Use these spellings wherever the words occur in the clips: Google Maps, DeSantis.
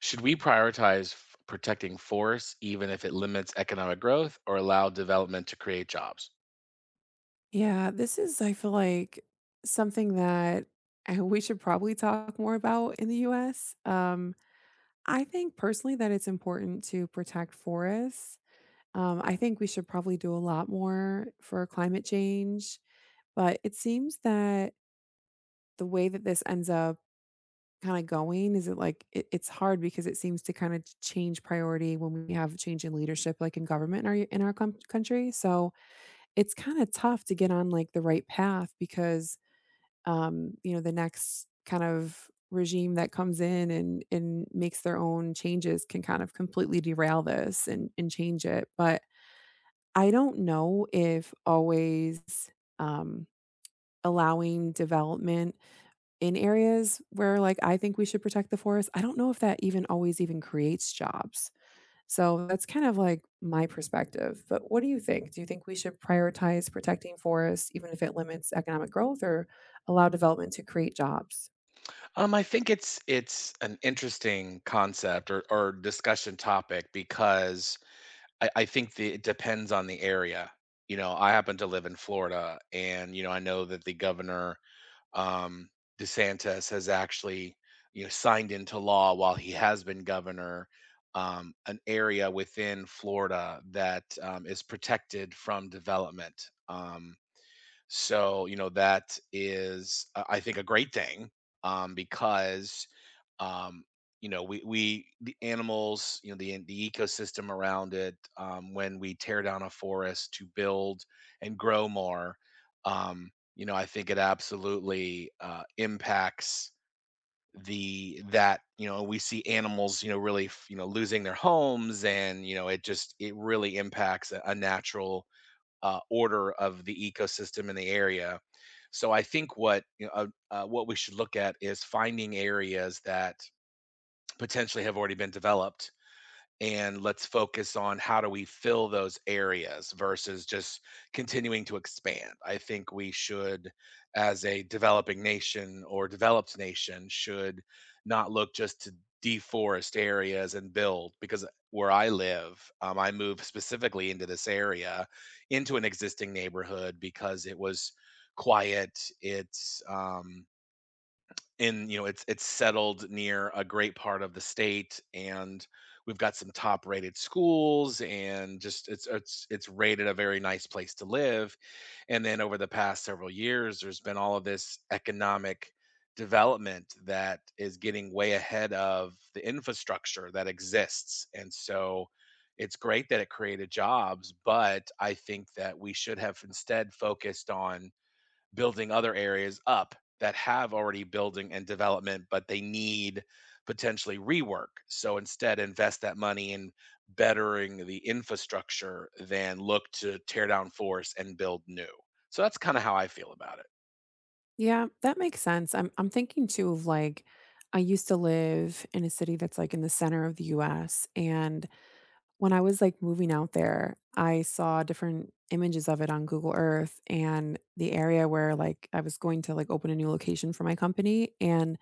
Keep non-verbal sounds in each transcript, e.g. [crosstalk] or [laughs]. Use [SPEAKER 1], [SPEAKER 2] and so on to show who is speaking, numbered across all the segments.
[SPEAKER 1] Should we prioritize protecting forests even if it limits economic growth or allow development to create jobs?
[SPEAKER 2] Yeah, this is, I feel like, something that we should probably talk more about in the US. I think personally that it's important to protect forests. I think we should probably do a lot more for climate change, but it seems that the way that this ends up kind of going is it's hard because it seems to kind of change priority when we have change in leadership like in government in our country, so it's kind of tough to get on like the right path because the next kind of regime that comes in and makes their own changes can kind of completely derail this and change it. But I don't know if always, um, allowing development in areas where like I think we should protect the forest, I don't know if that even always even creates jobs. So that's kind of like my perspective. But what do you think? Do you think we should prioritize protecting forests even if it limits economic growth or allow development to create jobs?
[SPEAKER 1] I think it's an interesting concept or discussion topic because I think it depends on the area. You know, I happen to live in Florida, and you know, I know that the governor um, DeSantis has actually, you know, signed into law while he has been governor an area within Florida that is protected from development. So, you know, that is, I think, a great thing because, um, you know, the animals, you know, the ecosystem around it, when we tear down a forest to build and grow more, you know, I think it absolutely impacts the that you know we see animals, you know, really you know losing their homes. And you know it just it really impacts a natural order of the ecosystem in the area. So I think what we should look at is finding areas that potentially have already been developed, and let's focus on how do we fill those areas versus just continuing to expand. I think we should, as a developing nation or developed nation, should not look just to deforest areas and build. Because where I live, I moved specifically into this area, into an existing neighborhood because it was quiet. It's and you know it's settled near a great part of the state, and we've got some top rated schools, and just it's rated a very nice place to live. And then over the past several years, there's been all of this economic development that is getting way ahead of the infrastructure that exists, and so it's great that it created jobs, but I think that we should have instead focused on building other areas up that have already building and development, but they need potentially rework. So instead, invest that money in bettering the infrastructure than look to tear down force and build new. So that's kind of how I feel about it.
[SPEAKER 2] Yeah, that makes sense. I'm thinking too of like I used to live in a city that's like in the center of the US, and when I was like moving out there, I saw different images of it on Google Earth and the area where like I was going to like open a new location for my company. And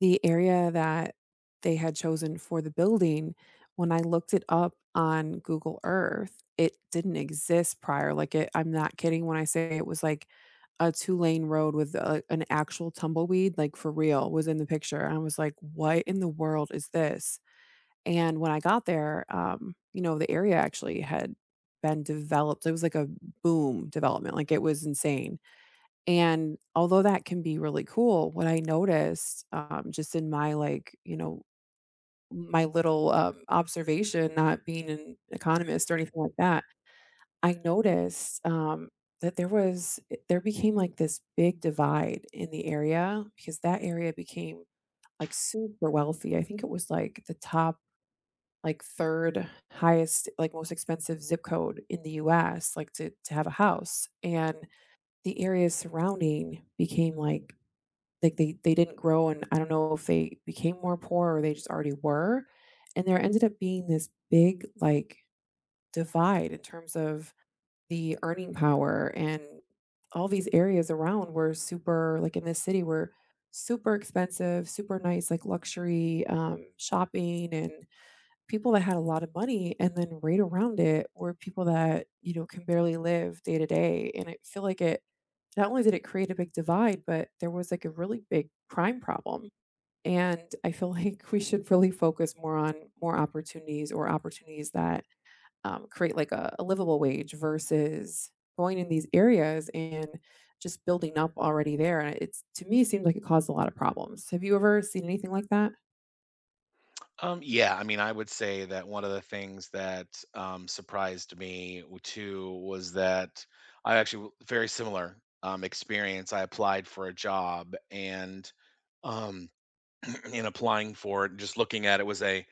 [SPEAKER 2] the area that they had chosen for the building, when I looked it up on Google Earth, it didn't exist prior, like, it I'm not kidding when I say it was, like, a two-lane road with a an actual tumbleweed, like, for real, was in the picture, and I was like, "What in the world is this?" And when I got there, you know, the area actually had been developed. It was like a boom development, like, it was insane. And although that can be really cool, what I noticed, just in my, like, you know, my little, observation, not being an economist or anything like that, I noticed, that there was there became, like, this big divide in the area because that area became, like, super wealthy. I think it was, like, the top, like, third highest, like, most expensive zip code in the US, like, to have a house, and the areas surrounding became, like, they didn't grow, and I don't know if they became more poor or they just already were, and there ended up being this big, like, divide in terms of the earning power, and all these areas around were super like, in this city, were super expensive, super nice, like, luxury, shopping and people that had a lot of money and then right around it were people that, you know, can barely live day to day. And I feel like it not only did it create a big divide, but there was like a really big crime problem. And I feel [laughs] like we should really focus more on more opportunities or opportunities that create like a livable wage versus going in these areas and just building up already there. And it's to me, it seemed like it caused a lot of problems. Have you ever seen anything like that?
[SPEAKER 1] Yeah, I mean, I would say that one of the things that surprised me too was that I actually very similar experience. I applied for a job. And um, in applying for it, just looking at it was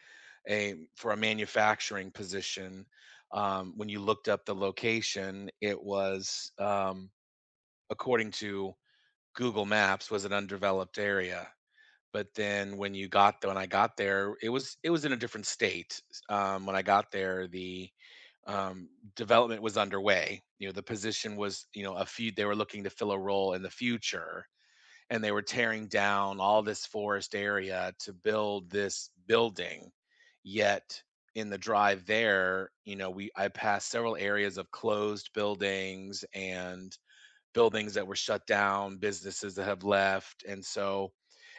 [SPEAKER 1] a for a manufacturing position. When you looked up the location, it was according to Google Maps was an undeveloped area. But then when you got there, when I got there, it was in a different state. When I got there, the um, development was underway. You know, the position was, you know, a few, they were looking to fill a role in the future, and they were tearing down all this forest area to build this building. Yet in the drive there, you know, we I passed several areas of closed buildings and buildings that were shut down, businesses that have left. And so,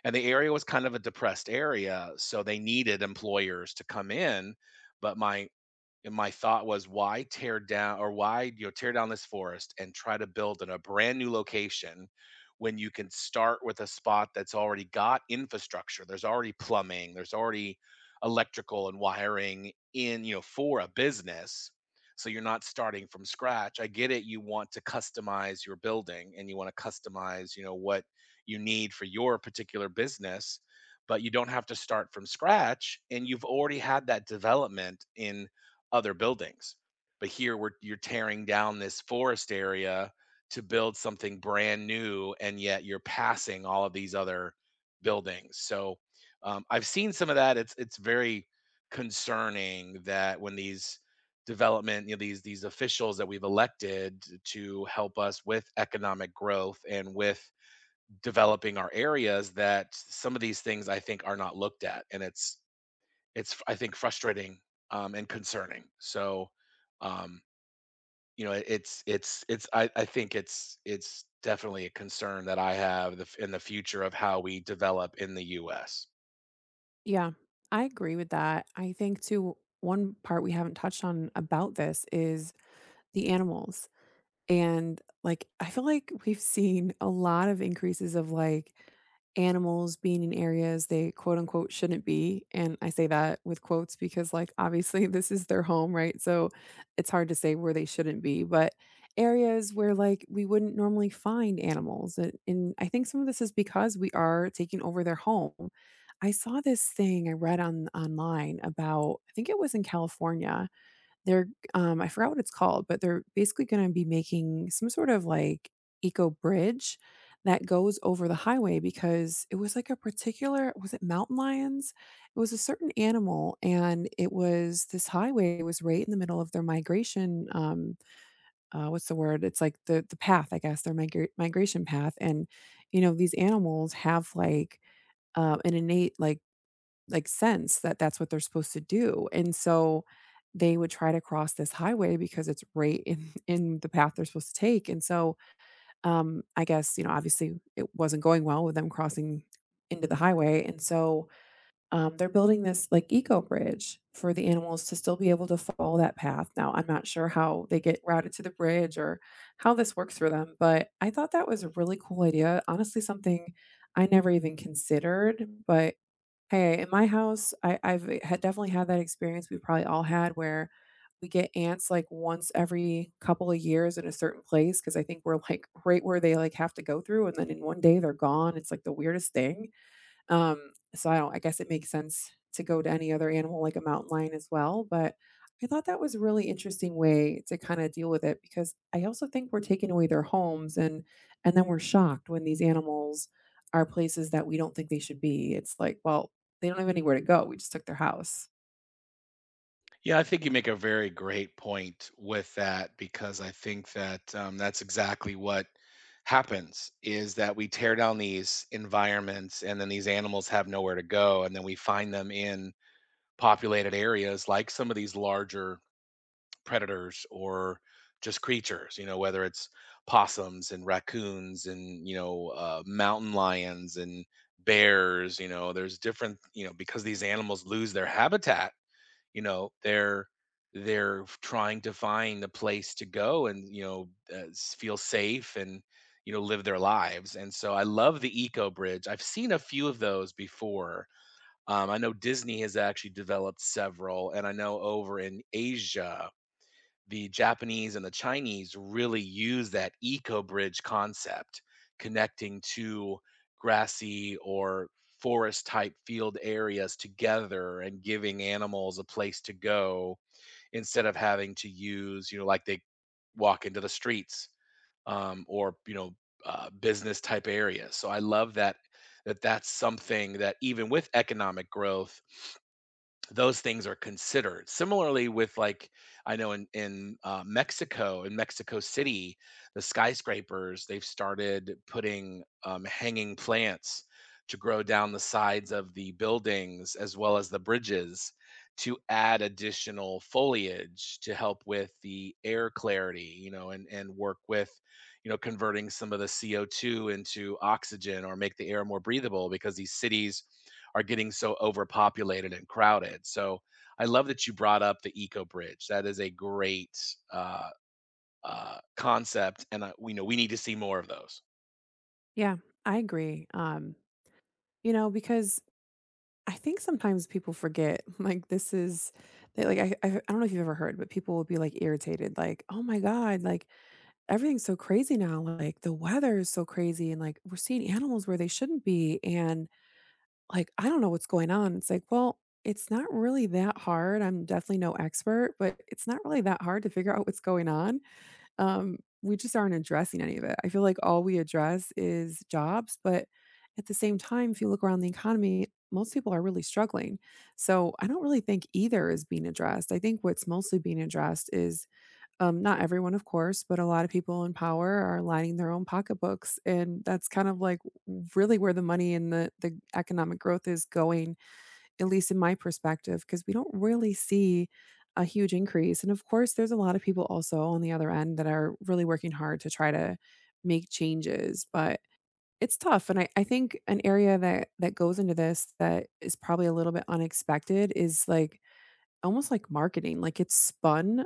[SPEAKER 1] and the area was kind of a depressed area, so they needed employers to come in. But my thought was, why tear down? Or why, you know, tear down this forest and try to build in a brand new location when you can start with a spot that's already got infrastructure? There's already plumbing, there's already electrical and wiring in, you know, for a business. So you're not starting from scratch. I get it, you want to customize your building, and you want to customize, you know, what you need for your particular business. But you don't have to start from scratch, and you've already had that development in other buildings. But here we're, you're tearing down this forest area to build something brand new, and yet you're passing all of these other buildings. So I've seen some of that. It's very concerning that when these development, you know, these officials that we've elected to help us with economic growth and with developing our areas, that some of these things I think are not looked at, and it's I think frustrating, and concerning. So, um, you know, it's I think it's definitely a concern that I have the f in the future of how we develop in the US.
[SPEAKER 2] Yeah, I agree with that. I think too, one part we haven't touched on about this is the animals. And, like, I feel like we've seen a lot of increases of, like, animals being in areas they, quote, unquote, "shouldn't be," and I say that with quotes because, like, obviously, [laughs] this is their home, right? So, it's hard to say where they shouldn't be, but areas where, like, we wouldn't normally find animals, and I think some of this is because we are taking over their home. I saw this thing I read on online about, I think it was in California, they're I forgot what it's called, but they're basically gonna be making some sort of, like, eco bridge that goes over the highway because it was, like, a particular, was it mountain lions? It was a certain animal, and it was this highway was right in the middle of their migration, what's the word? It's, like, the path, I guess, their migration path, and, you know, these animals have, like, an innate, like, sense that that's what they're supposed to do, and so they would try to cross this highway because it's right in [laughs] in the path they're supposed to take, and so, I guess, you know, obviously, it wasn't going well with them crossing into the highway, and so, they're building this, like, eco bridge for the animals to still be able to follow that path. Now, I'm not sure how they get routed to the bridge or how this works for them, but I thought that was a really cool idea, honestly, something I never even considered. But hey, in my house, I've had definitely had that experience we probably all had where we get ants, like, once every couple of years in a certain place because I think we're, like, right where they, like, have to go through, and then in one day, they're gone, it's, like, the weirdest thing. So I don't I guess it makes sense to go to any other animal like a mountain lion as well, but I thought that was a really interesting way to kinda deal with it because I also think we're taking away their homes, and then we're shocked when these animals are places that we don't think they should be. It's like, well, they don't have anywhere to go. We just took their house.
[SPEAKER 1] Yeah, I think you make a very great point with that, because I think that, that's exactly what happens, is that we tear down these environments, and then these animals have nowhere to go, and then we find them in populated areas, like some of these larger predators, or just creatures, you know, whether it's possums and raccoons and, you know, mountain lions and bears. You know, there's different, you know, because these animals lose their habitat, you know, they're trying to find a place to go, and you know, feel safe and, you know, live their lives. And so I love the eco bridge. I've seen a few of those before. I know Disney has actually developed several, and I know over in Asia, the Japanese and the Chinese really use that eco bridge concept, connecting two grassy or forest type field areas together and giving animals a place to go instead of having to use, you know, like they walk into the streets or, you know, business type areas. So I love that that that's something that even with economic growth, those things are considered. Similarly, with like I know in Mexico, in Mexico City, the skyscrapers they've started putting hanging plants to grow down the sides of the buildings as well as the bridges, to add additional foliage to help with the air clarity, you know, and work with, you know, converting some of the CO2 into oxygen, or make the air more breathable because these cities are getting so overpopulated and crowded. So I love that you brought up the eco bridge. That is a great uh, concept, and we know we need to see more of those.
[SPEAKER 2] Yeah, I agree. You know, because I think sometimes people forget, [laughs] like, this is they like I don't know if you've ever heard, but people will be like irritated, like, "Oh my god, like everything's so crazy now, like, the weather is so crazy, and, like, we're seeing animals where they shouldn't be, and, like, I don't know what's going on." It's like, well, it's not really that hard. I'm definitely no expert, but it's not really that hard to figure out what's going on. We just aren't addressing any of it. I feel like all we address is jobs, but at the same time, if you look around the economy, most people are really struggling. So I don't really think either is being addressed. I think what's mostly being addressed is, not everyone, of course, but a lot of people in power are lining their own pocketbooks, and that's kind of like really where the money and the economic growth is going, at least in my perspective, because we don't really see a huge increase. And of course, there's a lot of people also on the other end that are really working hard to try to make changes, but it's tough. And I think an area that goes into this that is probably a little bit unexpected is like almost like marketing, like it's spun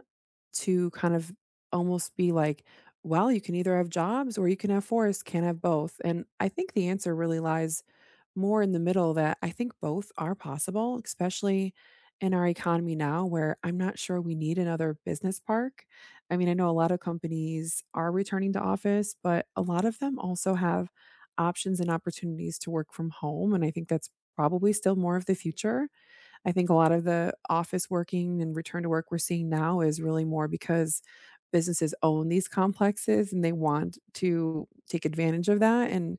[SPEAKER 2] to kind of almost be like, well, you can either have jobs or you can have forests, can't have both. And I think the answer really lies more in the middle, that I think both are possible, especially in our economy now where I'm not sure we need another business park. I mean, I know a lot of companies are returning to office, but a lot of them also have options and opportunities to work from home. And I think that's probably still more of the future. I think a lot of the office working and return to work we're seeing now is really more because businesses own these complexes and they want to take advantage of that, and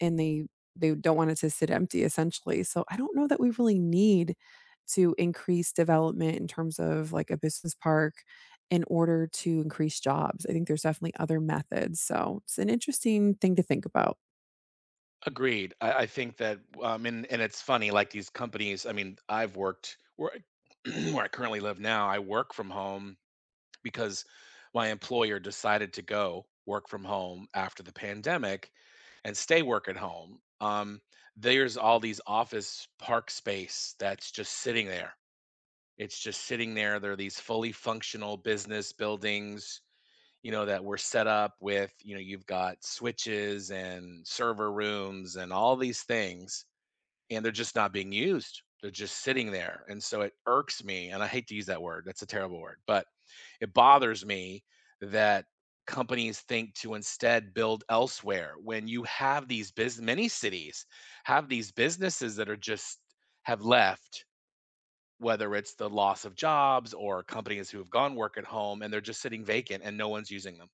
[SPEAKER 2] and they they don't want it to sit empty essentially. So I don't know that we really need to increase development in terms of like a business park in order to increase jobs. I think there's definitely other methods. So it's an interesting thing to think about.
[SPEAKER 1] Agreed. I think that, and it's funny. Like these companies. I mean, I've worked where I, [clears throat] where I currently live now. I work from home because my employer decided to go work from home after the pandemic and stay work at home. There's all these office park space that's just sitting there. It's just sitting there. There are these fully functional business buildings, you know, that were set up with, you know, you've got switches and server rooms and all these things, and they're just not being used. They're just sitting there. And so it irks me, and I hate to use that word. That's a terrible word, but it bothers me that companies think to instead build elsewhere when you have these business, many cities have these businesses that are just have left, whether it's the loss of jobs or companies who have gone work at home, and they're just sitting vacant and no one's using them.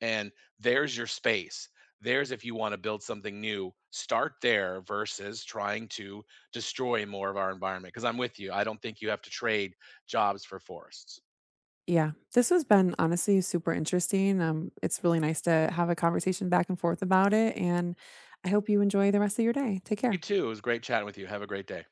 [SPEAKER 1] And there's your space. There's, if you want to build something new, start there versus trying to destroy more of our environment. Because I'm with you. I don't think you have to trade jobs for forests.
[SPEAKER 2] Yeah, this has been honestly super interesting. It's really nice to have a conversation back and forth about it. And I hope you enjoy the rest of your day. Take
[SPEAKER 1] You
[SPEAKER 2] care.
[SPEAKER 1] too. It was great chatting with you. Have a great day.